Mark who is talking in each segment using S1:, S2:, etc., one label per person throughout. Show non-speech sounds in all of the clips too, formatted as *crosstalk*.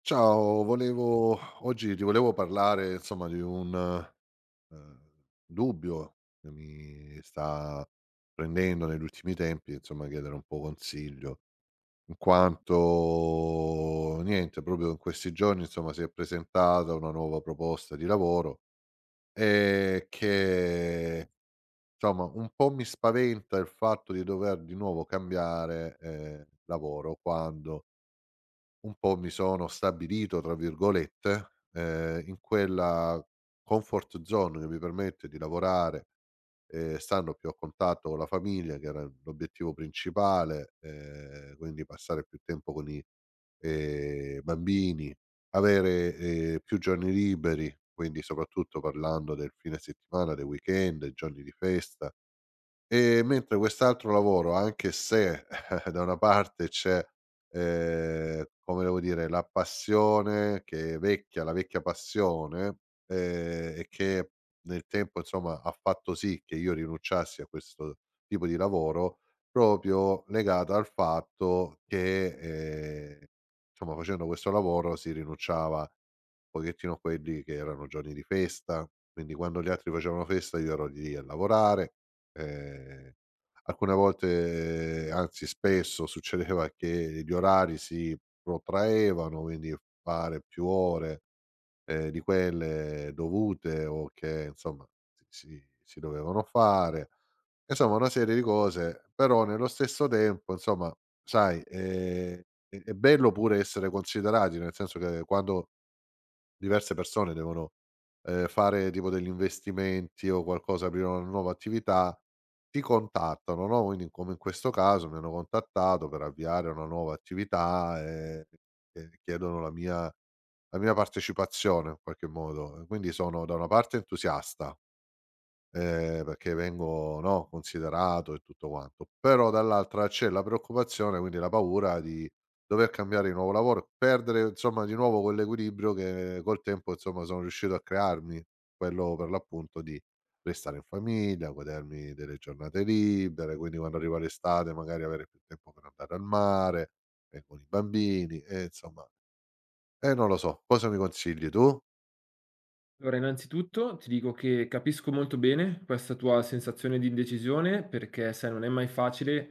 S1: Ciao, volevo oggi ti volevo parlare insomma di un, ehm, dubbio che mi sta prendendo negli ultimi tempi, insomma chiedere un po' consiglio, in quanto niente, proprio in questi giorni insomma si è presentata una nuova proposta di lavoro, che insomma un po' mi spaventa il fatto di dover di nuovo cambiare, lavoro quando un po' mi sono "stabilito" tra virgolette, in quella comfort zone che mi permette di lavorare, stando più a contatto con la famiglia, che era l'obiettivo principale, quindi passare più tempo con i, bambini, avere, più giorni liberi, quindi soprattutto parlando del fine settimana, dei weekend, giorni di festa. Mentre quest'altro lavoro, anche se *laughs* da una parte c'è, come devo dire, la passione che è vecchia la vecchia passione, E che nel tempo insomma ha fatto sì che io rinunciassi a questo tipo di lavoro, proprio legata al fatto che, insomma facendo questo lavoro si rinunciava un pochettino a quelli che erano giorni di festa, quindi quando gli altri facevano festa io ero lì a lavorare. Ehm, Alcune volte, anzi spesso succedeva che gli orari si protraevano, quindi fare più ore, di quelle dovute o che insomma si dovevano fare. Insomma una serie di cose, però nello stesso tempo insomma sai, è bello pure essere considerati, nel senso che quando diverse persone devono, fare tipo degli investimenti o qualcosa, aprire una nuova attività, ti contattano, no, quindi come in questo caso mi hanno contattato per avviare una nuova attività, e chiedono la mia partecipazione in qualche modo. Quindi sono da una parte entusiasta, perché vengo, no, considerato e tutto quanto. Però dall'altra c'è la preoccupazione, quindi la paura di dover cambiare di nuovo lavoro, perdere insomma di nuovo quell'equilibrio che col tempo insomma sono riuscito a crearmi, quello per l'appunto di restare in famiglia, godermi delle giornate libere, quindi quando arriva l'estate magari avere più tempo per andare al mare, e con i bambini e insomma e non lo so, cosa mi consigli tu?
S2: Allora, innanzitutto ti dico che capisco molto bene questa tua sensazione di indecisione perché, sai, non è mai facile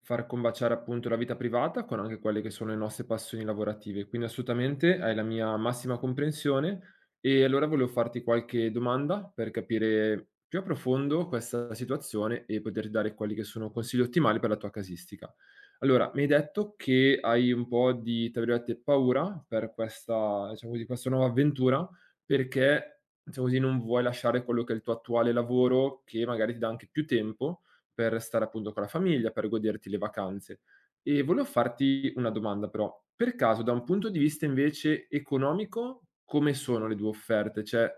S2: far combaciare appunto la vita privata con anche quelle che sono le nostre passioni lavorative. Quindi assolutamente hai la mia massima comprensione e allora volevo farti qualche domanda per capire più a profondo questa situazione e poterti dare quelli che sono consigli ottimali per la tua casistica. Allora, mi hai detto che hai un po' di, tra virgolette, paura per questa, diciamo così, questa nuova avventura perché, diciamo così, non vuoi lasciare quello che è il tuo attuale lavoro, che magari ti dà anche più tempo per stare appunto con la famiglia, per goderti le vacanze. E volevo farti una domanda però: per caso da un punto di vista invece economico, come sono le 2 offerte? Cioè,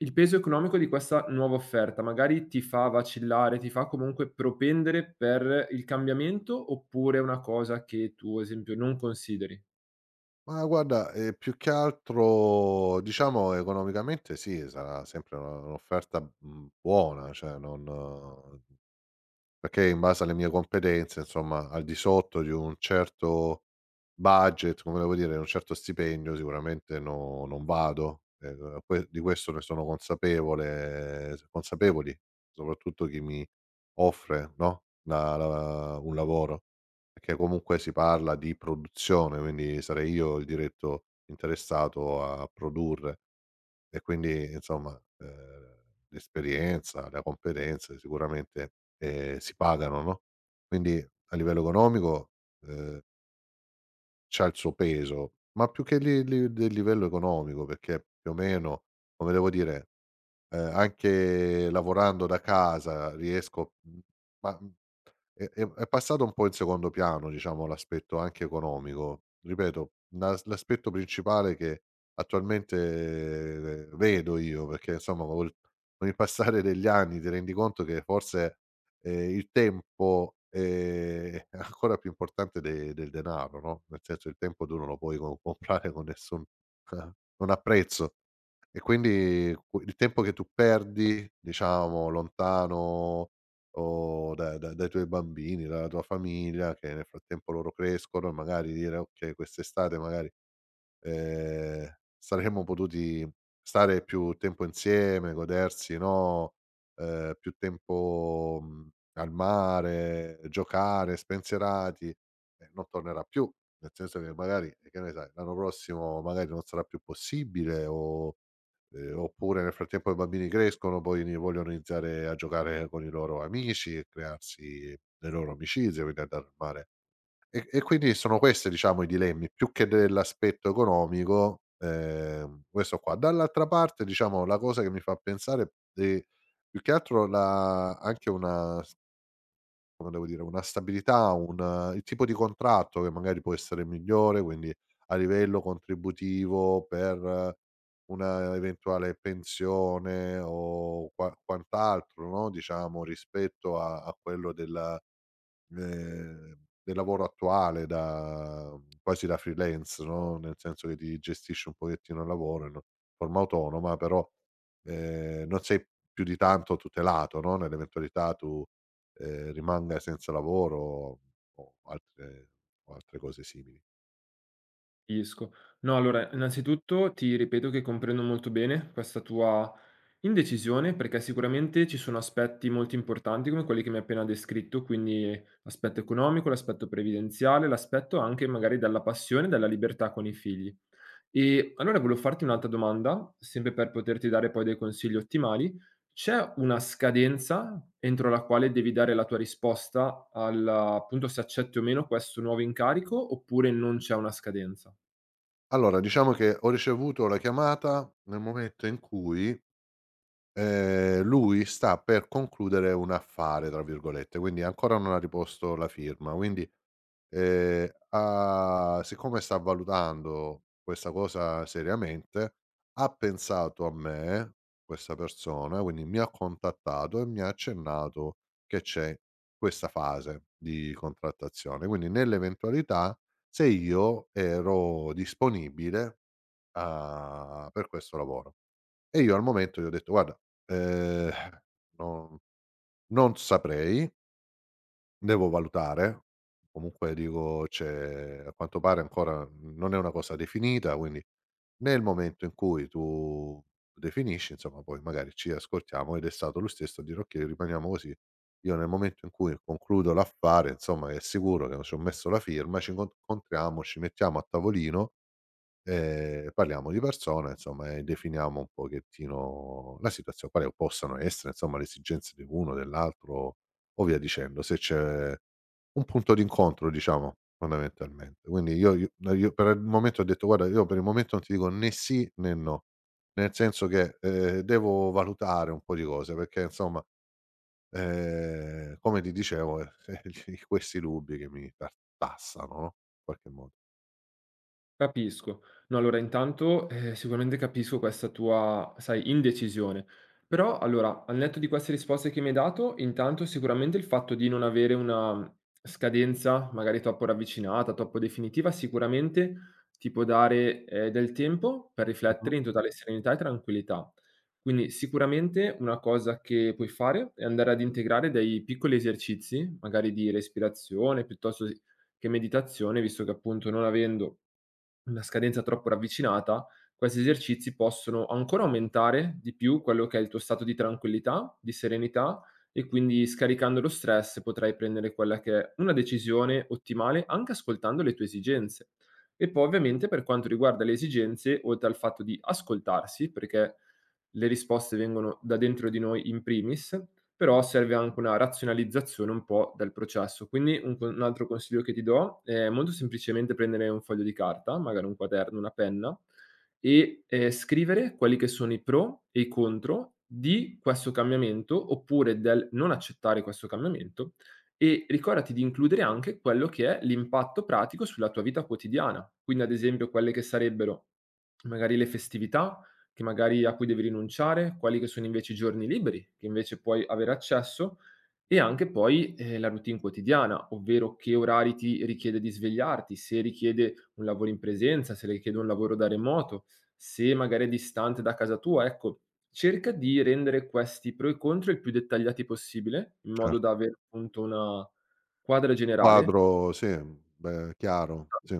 S2: il peso economico di questa nuova offerta magari ti fa vacillare, ti fa comunque propendere per il cambiamento, oppure è una cosa che tu, ad esempio, non consideri?
S1: Ma guarda, più che altro diciamo economicamente sì, sarà sempre una un'offerta, mhmm, buona, cioè non perché in base alle mie competenze, insomma, al di sotto di un certo budget, come devo dire, di un certo stipendio sicuramente no non vado, que di questo ne sono consapevole consapevoli soprattutto chi mi offre, no, la un lavoro, perché comunque si parla di produzione, quindi sarei io il diretto interessato a produrre. E quindi insomma, l'esperienza, la competenza sicuramente, si pagano, no, quindi a livello economico, ehm, c'ha il suo peso, ma più che li del livello economico, perché più o meno, come devo dire, anche lavorando da casa riesco, mhmm, ma è passato un po' in secondo piano, diciamo, l'aspetto anche economico. Ripeto, la l'aspetto principale che attualmente vedo io, perché insomma col con il passare degli anni ti rendi conto che forse, il tempo è *laughs* ancora più importante de del denaro, no, nel senso il tempo tu non lo puoi co comprare con nessun *laughs* non ha prezzo. E quindi qu il tempo che tu perdi, diciamo, lontano o da dai tuoi bambini, dalla tua famiglia, che nel frattempo loro crescono e magari dire: "Okay, quest'estate magari, ehm, saremmo potuti stare più tempo insieme, godersi, no, più tempo, mhmm, al mare, giocare, spensierati", non tornerà più. Nel senso che magari, che ne sai, l'anno prossimo magari non sarà più possibile o oppure nel frattempo i bambini crescono, poi ni vogliono iniziare a giocare con i loro amici e crearsi le loro amicizie, quindi andare al mare. E quindi sono questi diciamo i dilemmi, più che dell'aspetto economico, questo qua. Dall'altra parte diciamo la cosa che mi fa pensare de più che altro la anche una s come devo dire, una stabilità, un il tipo di contratto che magari può essere migliore, quindi a livello contributivo per una eventuale pensione o quant'altro, no, diciamo rispetto a quello del Ehm, del lavoro attuale da quasi da freelance, no, nel senso che ti gestisci un pochettino il lavoro in forma autonoma, però, non sei più di tanto tutelato, no, nell'eventualità tu, rimanga senza lavoro o altre o altre cose simili.
S2: Capisco. No, allora, innanzitutto ti ripeto che comprendo molto bene questa tua indecisione, perché sicuramente ci sono aspetti molto importanti come quelli che mi hai appena descritto, quindi l'aspetto economico, l'aspetto previdenziale, l'aspetto anche magari della passione, della libertà con i figli. E allora volevo farti un'altra domanda, sempre per poterti dare poi dei consigli ottimali. C'è una scadenza entro la quale devi dare la tua risposta al, appunto, se accetti o meno questo nuovo incarico, oppure non c'è una scadenza?
S1: Allora, diciamo che ho ricevuto la chiamata nel momento in cui, lui sta per concludere un "affare", tra virgolette, quindi ancora non ha riposto la firma, quindi ha siccome sta valutando questa cosa seriamente, ha pensato a me, questa persona, quindi mi ha contattato e mi ha accennato che c'è questa fase di contrattazione. Quindi nell'eventualità se io ero disponibile a per questo lavoro. E io al momento gli ho detto: "Guarda, ehm, non non saprei." Devo valutare. Comunque dico c'è a quanto pare ancora non è una cosa definita, quindi nel momento in cui tu definisci, insomma, poi magari ci ascoltiamo ed è stato lui stesso a dire: "Okay, rimaniamo così". Io nel momento in cui concludo l'affare, insomma, è sicuro che ci ho messo la firma, ci incontriamo, ci mettiamo a tavolino. Parliamo di persone insomma e definiamo un pochettino la situazio quale possano essere insomma le esigenze di uno, dell'altro o via dicendo, se c'è un punto d'incontro diciamo fondamentalmente. Quindi io no io per il momento ho detto: "Guarda io per il momento non ti dico né sì né no", nel senso che, devo valutare un po' di cose perché insomma, come ti dicevo, *laughs* questi dubbi che mi tartassano, no, in qualche modo.
S2: Capisco. No, allora intanto, sicuramente capisco questa tua, sai, indecisione. Però allora, al netto di queste risposte che mi hai dato, intanto sicuramente il fatto di non avere una scadenza magari troppo ravvicinata, troppo definitiva, sicuramente ti può dare, del tempo per
S1: Mh-mh.
S2: riflettere in totale serenità e tranquillità. Quindi sicuramente una cosa che puoi fare è andare ad integrare dei piccoli esercizi, magari di respirazione piuttosto s che meditazione, visto che appunto non avendo una scadenza troppo ravvicinata, questi esercizi possono ancora aumentare di più quello che è il tuo stato di tranquillità, di serenità e quindi scaricando lo stress potrai prendere quella che è una decisione ottimale anche ascoltando le tue esigenze. E poi ovviamente per quanto riguarda le esigenze, oltre al fatto di ascoltarsi, perché le risposte vengono da dentro di noi in primis, però serve anche una razionalizzazione un po' del processo. Quindi un altro consiglio che ti do è molto semplicemente prendere un foglio di carta, magari un quaderno, una penna e, scrivere quelli che sono i pro e i contro di questo cambiamento, oppure del non accettare questo cambiamento, e ricordati di includere anche quello che è l'impatto pratico sulla tua vita quotidiana. Quindi ad esempio quelle che sarebbero magari le festività, che magari a cui devi rinunciare, quali che sono invece i giorni liberi, che invece puoi avere accesso e anche poi, la routine quotidiana, ovvero che orari ti richiede di svegliarti, se richiede un lavoro in presenza, se richiede un lavoro da remoto, se magari è distante da casa tua, ecco. Cerca di rendere questi pro e contro il più dettagliati possibile, in
S1: Cer
S2: modo da avere appunto una quadra generale.
S1: Quadro sì, beh, chiaro, sì.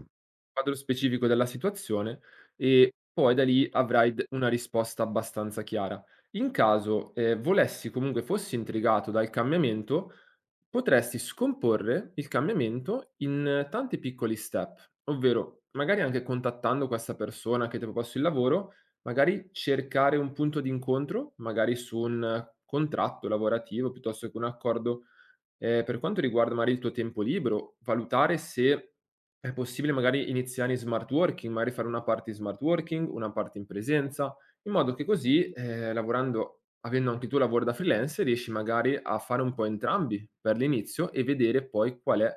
S2: Quadro specifico della situazione e poi da lì avrai d una risposta abbastanza chiara. In caso, volessi comunque fossi intrigato dal cambiamento, potresti scomporre il cambiamento in tanti piccoli step, ovvero magari anche contattando questa persona che ti ha proposto il lavoro, magari cercare un punto d'incontro, magari su un contratto lavorativo piuttosto che un accordo. Per quanto riguarda magari il tuo tempo libero, valutare se è possibile magari iniziare in smart working, magari fare una parte in smart working, una parte in presenza, in modo che così, lavorando avendo anche tu lavoro da freelance, riesci magari a fare un po' entrambi per l'inizio e vedere poi qual è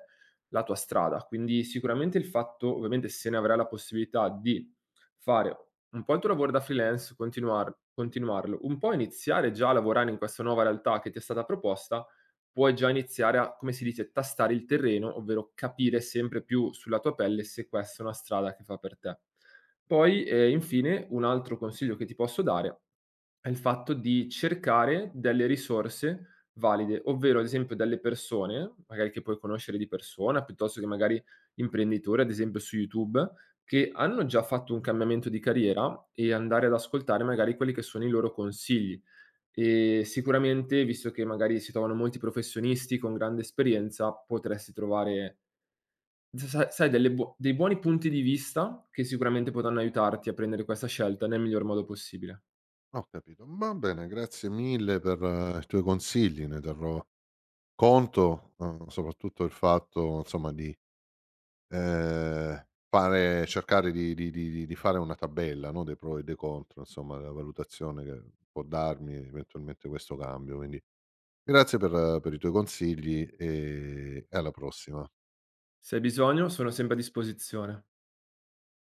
S2: la tua strada. Quindi sicuramente il fatto ovviamente se ne avrai la possibilità di fare un po' il tuo lavoro da freelance, continuarlo, un po' iniziare già a lavorare in questa nuova realtà che ti è stata proposta, puoi già iniziare a, come si dice, tastare il terreno, ovvero capire sempre più sulla tua pelle se questa è una strada che fa per te. Poi, infine, un altro consiglio che ti posso dare è il fatto di cercare delle risorse valide, ovvero ad esempio delle persone, magari che puoi conoscere di persona, piuttosto che magari imprenditori, ad esempio su YouTube, che hanno già fatto un cambiamento di carriera e andare ad ascoltare magari quelli che sono i loro consigli. Sicuramente, visto che magari si trovano molti professionisti con grande esperienza, potresti trovare s sa sai delle buo dei buoni punti di vista che sicuramente potranno aiutarti a prendere questa scelta nel miglior modo possibile.
S1: Ho capito. Va bene, grazie mille per i tuoi consigli, ne terrò conto, soprattutto il fatto insomma di, fare cercare di fare una tabella, no, dei pro e dei contro, insomma, della valutazione che può darmi eventualmente questo cambio. Quindi grazie per i tuoi consigli e alla prossima.
S2: Se hai bisogno sono sempre a disposizione.